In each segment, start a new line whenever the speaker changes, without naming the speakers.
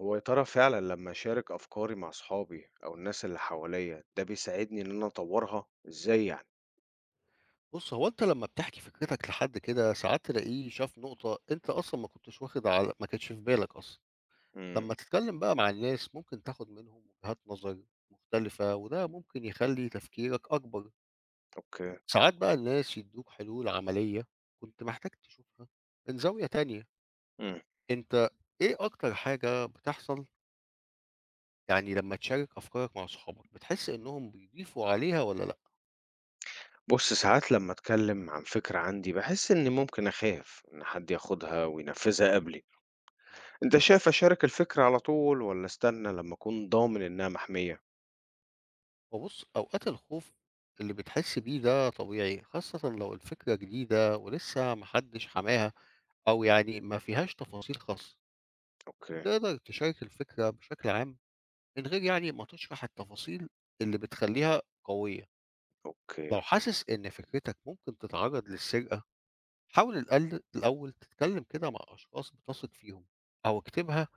هو يا ترى فعلا لما أشارك أفكاري مع أصحابي أو الناس اللي حواليا ده بيساعدني إن أنا أطورها إزاي يعني؟
بُص، هو أنت لمّا بتحكي فكرتك لحد كده، ساعات تلاقيه شاف نقطة أنت أصلًا ما كنتش واخد على ما كانتش في بالك أصلًا.
امم
لمّا تتكلم بقى مع الناس، ممكن تاخد منهم وجهات نظر مختلفة، وده ممكن يخلي تفكيرك أكبر.
أوكي.
ساعات بقى الناس يدوك حلول عملية كنت محتاج تشوفها من زاوية تانية.
امم
أنت إيه أكتر حاجة بتحصل يعني لمّا تشارك أفكارك مع صحابك، بتحس إنهم بيضيفوا عليها والّا لأ؟
بص، ساعات لما أتكلم عن فكرة عندي بحس إني ممكن أخاف إن حد ياخدها وينفذها قبلي، أنت شايف أشارك الفكرة على طول ولا أستنى لما أكون ضامن إنها محمية؟
هو بُص، أوقات الخوف اللي بتحس بيه ده طبيعي، خاصةً لو الفكرة جديدة ولسه ما حدش حماها أو يعني ما فيهاش تفاصيل خاصة.
أوكي.
تقدر تشارك الفكرة بشكل عام من غير يعني ما تشرح التفاصيل اللي بتخلّيها قوية. لو
أوكي.
حاسس إن فكرتك ممكن تتعرض للسرقة، حاول الأول تتكلم كده مع أشخاص بتثق فيهم أو اكتبها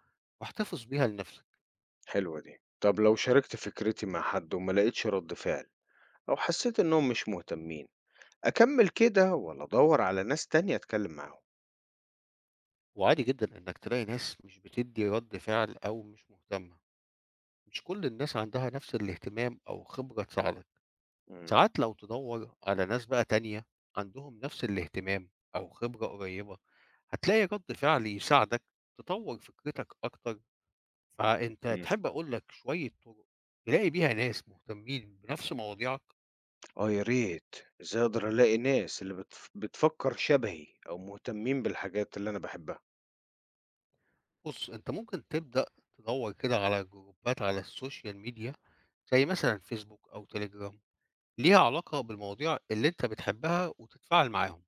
واحتفظ بيها لنفسك،
حلوة دي، طب لو شاركت فكرتي مع حد وما لقيتش رد فعل أو حسيت إنهم مش مهتمين، أكمل كده ولا أدور على ناس تانية أتكلم معاهم؟
وعادي جدًا إنك تلاقي ناس مش بتدّي رَد فعل أو مش مهتمة. مش كل الناس عندها نفس الاهتمام أو خبرة تساعدك.
مم.
ساعات لو تدور على ناس بقى تانية عندهم نفس الاهتمام أو خبرة قريبة هتلاقي رد فعل يساعدك تطور فكرتك أكتر. فأنت
إمم.
تحب أقول لك شوية طرق تلاقي بيها ناس مهتمين بنفس مواضيعك؟
آه يا ريت، إزاي أقدر ألاقي ناس اللي بتفكّر شبهي أو مهتمين بالحاجات اللي أنا باحبها.
بص أنت ممكن تبدأ تدور كده على جروبات على السوشيال ميديا زي مثلا فيسبوك أو تليجرام ليها علاقة بالمواضيع اللي أنت بتحبها وتتفاعل معاهم.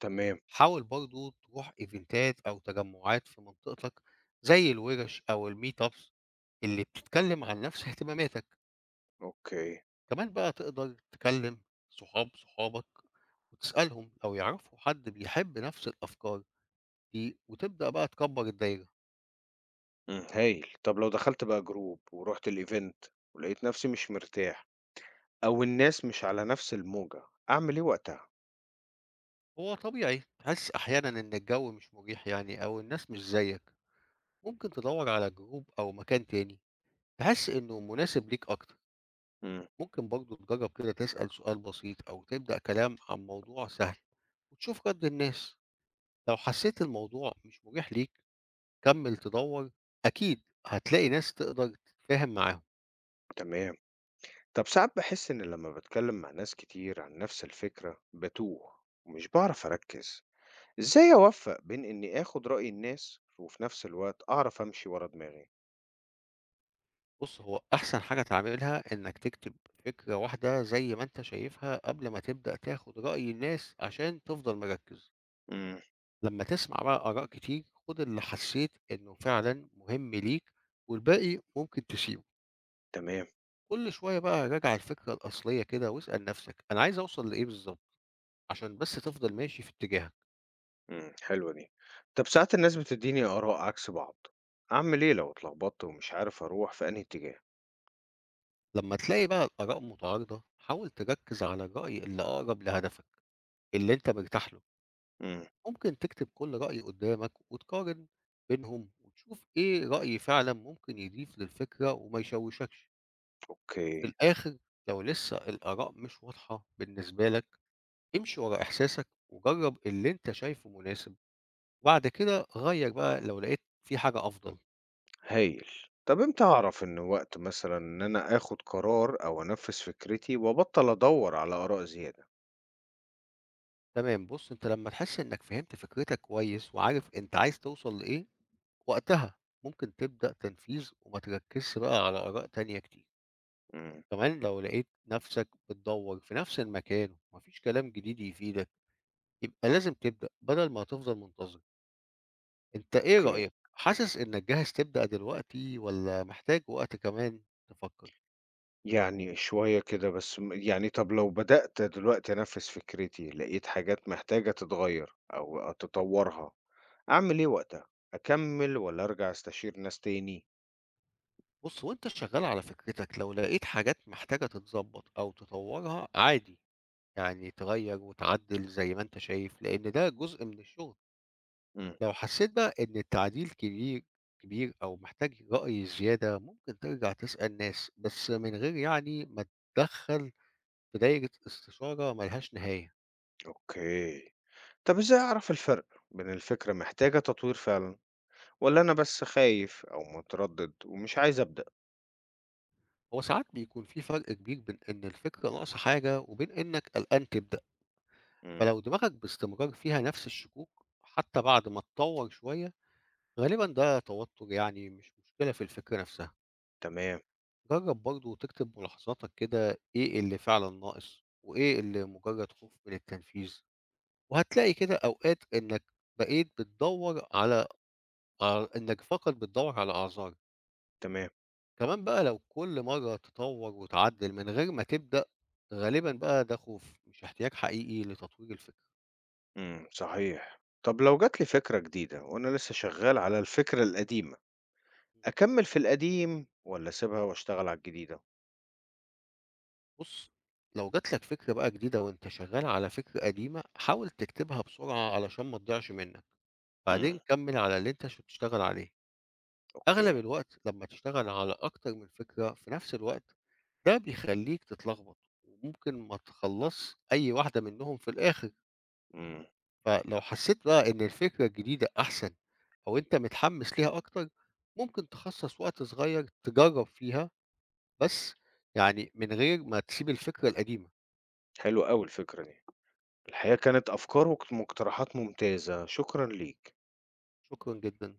تمام.
حاول برضه تروح ايفنتات او تجمعات في منطقتك زي الورش او الميت ابس اللي بتتكلم عن نفس اهتماماتك.
أوكي.
كمان بقى تقدر تكلم صحاب صحابك وتسألهم لو يعرفوا حد بيحب نفس الافكار دي وتبدأ بقى تكبر الدايرة.
إمم، هايل. طب لو دخلت بقى group ورُحت الevent ولقيت نفسي مش مرتاح أو الناس مش على نفس الموجة، أعمل إيه وقتها؟
هو طبيعي تحس احيانا ان الجو مش مريح يعني او الناس مش زيك. ممكن تدور على جروب او مكان تاني تحس انه مناسب ليك اكتر.
إمم.
ممكن برضه تجرب كده تسأل سؤال بسيط أو تبدأ كلام عن موضوع سهل وتشوف رد الناس. لو حسيت الموضوع مش مريح ليك كمل تدور، أكيد هتلاقي ناس تقدر تتفاهم معاهم.
تمام. طب ساعات باحس إن لمّا باتكلم مع ناس كتير عن نفس الفكرة باتوه ومش باعرف أركّز. إزاي أوفّق بين إني آخُد رأي الناس وفي نفس الوقت أعرف أمشي ورا دماغي؟
بص هو أحسن حاجة تعملها إنك تكتب فكرة واحدة زي ما أنت شايفها قبل ما تبدأ تاخد رأي الناس عشان تفضل مركز.
إمم.
لما تسمع بقى آراء كتير خد اللي حسيت إنه فعلا مهم ليك والباقي ممكن تسيبه.
تمام.
كل شوية بقى راجع الفكرة الأصلية كده واسأل نفسك أنا عايز أوصل لإيه بالظبط عشان بس تفضل ماشي في اتجاهك.
إمم، حلوة دي. طب ساعات الناس بتدّيني آراء عكس بعض، أعمل إيه لو اتلخبطت ومش عارف أروح في أنهي اتجاه؟
لما تلاقي بقى الآراء متعارضة حاول تركز على الرأي اللي أقرب لهدفك اللي أنت مرتاح له.
إمم.
ممكن تكتب كل رأي قدامك وتقارن بينهم وتشوف إيه رأي فعلا ممكن يضيف للفكرة وما يشوشكش. في
أوكي.
الآخر لو لسه الآراء مش واضحة بالنسبة لك امشي ورا إحساسك وجرب اللي أنت شايفه مناسب، وبعد كده غير بقى لو لقيت في حاجة أفضل.
هايل. طب إمتى أعرف إن وقت مثلًا إن أنا آخد قرار أو أنفّذ فكرتي وأبطّل أدوّر على آراء زيادة؟
تمام بُص، أنت لمّا تحس إنك فهمت فكرتك كويس وعارف أنت عايز توصل لإيه، وقتها ممكن تبدأ تنفيذ وما تركّزش بقى على آراء تانية كتير.
إمم.
كمان لو لقيت نَفْسك بتدوّر في نَفْس المكان وما فيش كلام جديد يفيدك، يبقى لازم تبدأ بدل ما هتفضل منتظر. أنت إيه
أوكي.
رأيك، حاسس إنك جاهز تبدأ دلوقتي والّا محتاج وقت كمان تفكّر؟
يعني شوية كده بس م يعني طب لو بدأت دلوقتي أنفّذ فكرتي، لقيت حاجات محتاجة تتغيّر أو أتطوّرها، أعمل إيه وقتها؟ أكمّل والّا أرجع أستشير ناس تاني؟
بُص، وأنت شغّال على فكرتك لو لقيت حاجات محتاجة تتضبّط أو تطوّرها عادي. يعني تغيّر وتعدّل زي ما أنت شايف، لإن ده جزء من الشغل.
إمم.
لو حسّيت بقى إن التعديل كبير أو محتاج رأي زيادة، ممكن ترجع تسأل ناس، بس من غير يعني ما تتدخّل في دايرة استشارة ما لهاش نهاية.
أوكي. طب إزاي أعرف الفرق بين الفكرة محتاجة تطوير فعلا ولا أنا بس خايف أو متردد ومش عايز أبدأ؟
هو ساعات بيكون في فرق كبير بين إن الفكرة ناقصة حاجة وبين إنّك قلقان تبدأ،
مم.
فلو دماغك باستمرار فيها نفس الشكوك حتّى بعد ما تطوّر شوية، غالبًا ده توتُّر يعني مش مشكلة في الفكرة نفسها.
تمام.
جرّب برضه تكتب ملاحظاتك كده إيه اللي فعلًا ناقص، وإيه اللي مجرّد خوف من التنفيذ، وهتلاقي كده أوقات إنّك بقيت بتدوّر على إنّك فقط بتدوّر على أعذار.
تمام.
كمان بقى لو كل مرّة تطوّر وتعدّل من غير ما تبدأ، غالبًا بقى ده خوف مش احتياج حقيقي لتطوير الفكرة.
مم. صحيح، طب لو جات لي فكرة جديدة وأنا لسه شغال على الفكرة القديمة أكمل في القديم ولا أسيبها وأشتغل على الجديدة؟
بُص، لو جات لك فكرة بقى جديدة وأنت شغّال على فكرة قديمة، حاول تكتبها بسرعة علشان ما تضيعش منّك،
مم.
بعدين كمّل على اللي أنت بتشتغل عليه. أغلب
أوكي.
الوقت لمّا تشتغل على أكتر من فكرة في نفس الوقت، ده بيخلّيك تتلخبط، وممكن ما تخلّصش أي واحدة منهم في الآخر.
مم.
فلو حسّيت بقى إن الفكرة الجديدة أحسن أو أنت متحمّس ليها أكتر، ممكن تخصّص وقت صغير تجرّب فيها بس يعني من غير ما تسيب الفكرة القديمة.
حلو أوي الفكرة دي، الحقيقة كانت أفكار ومقترحات ممتازة، شكرا ليك.
شكرًا جدًا.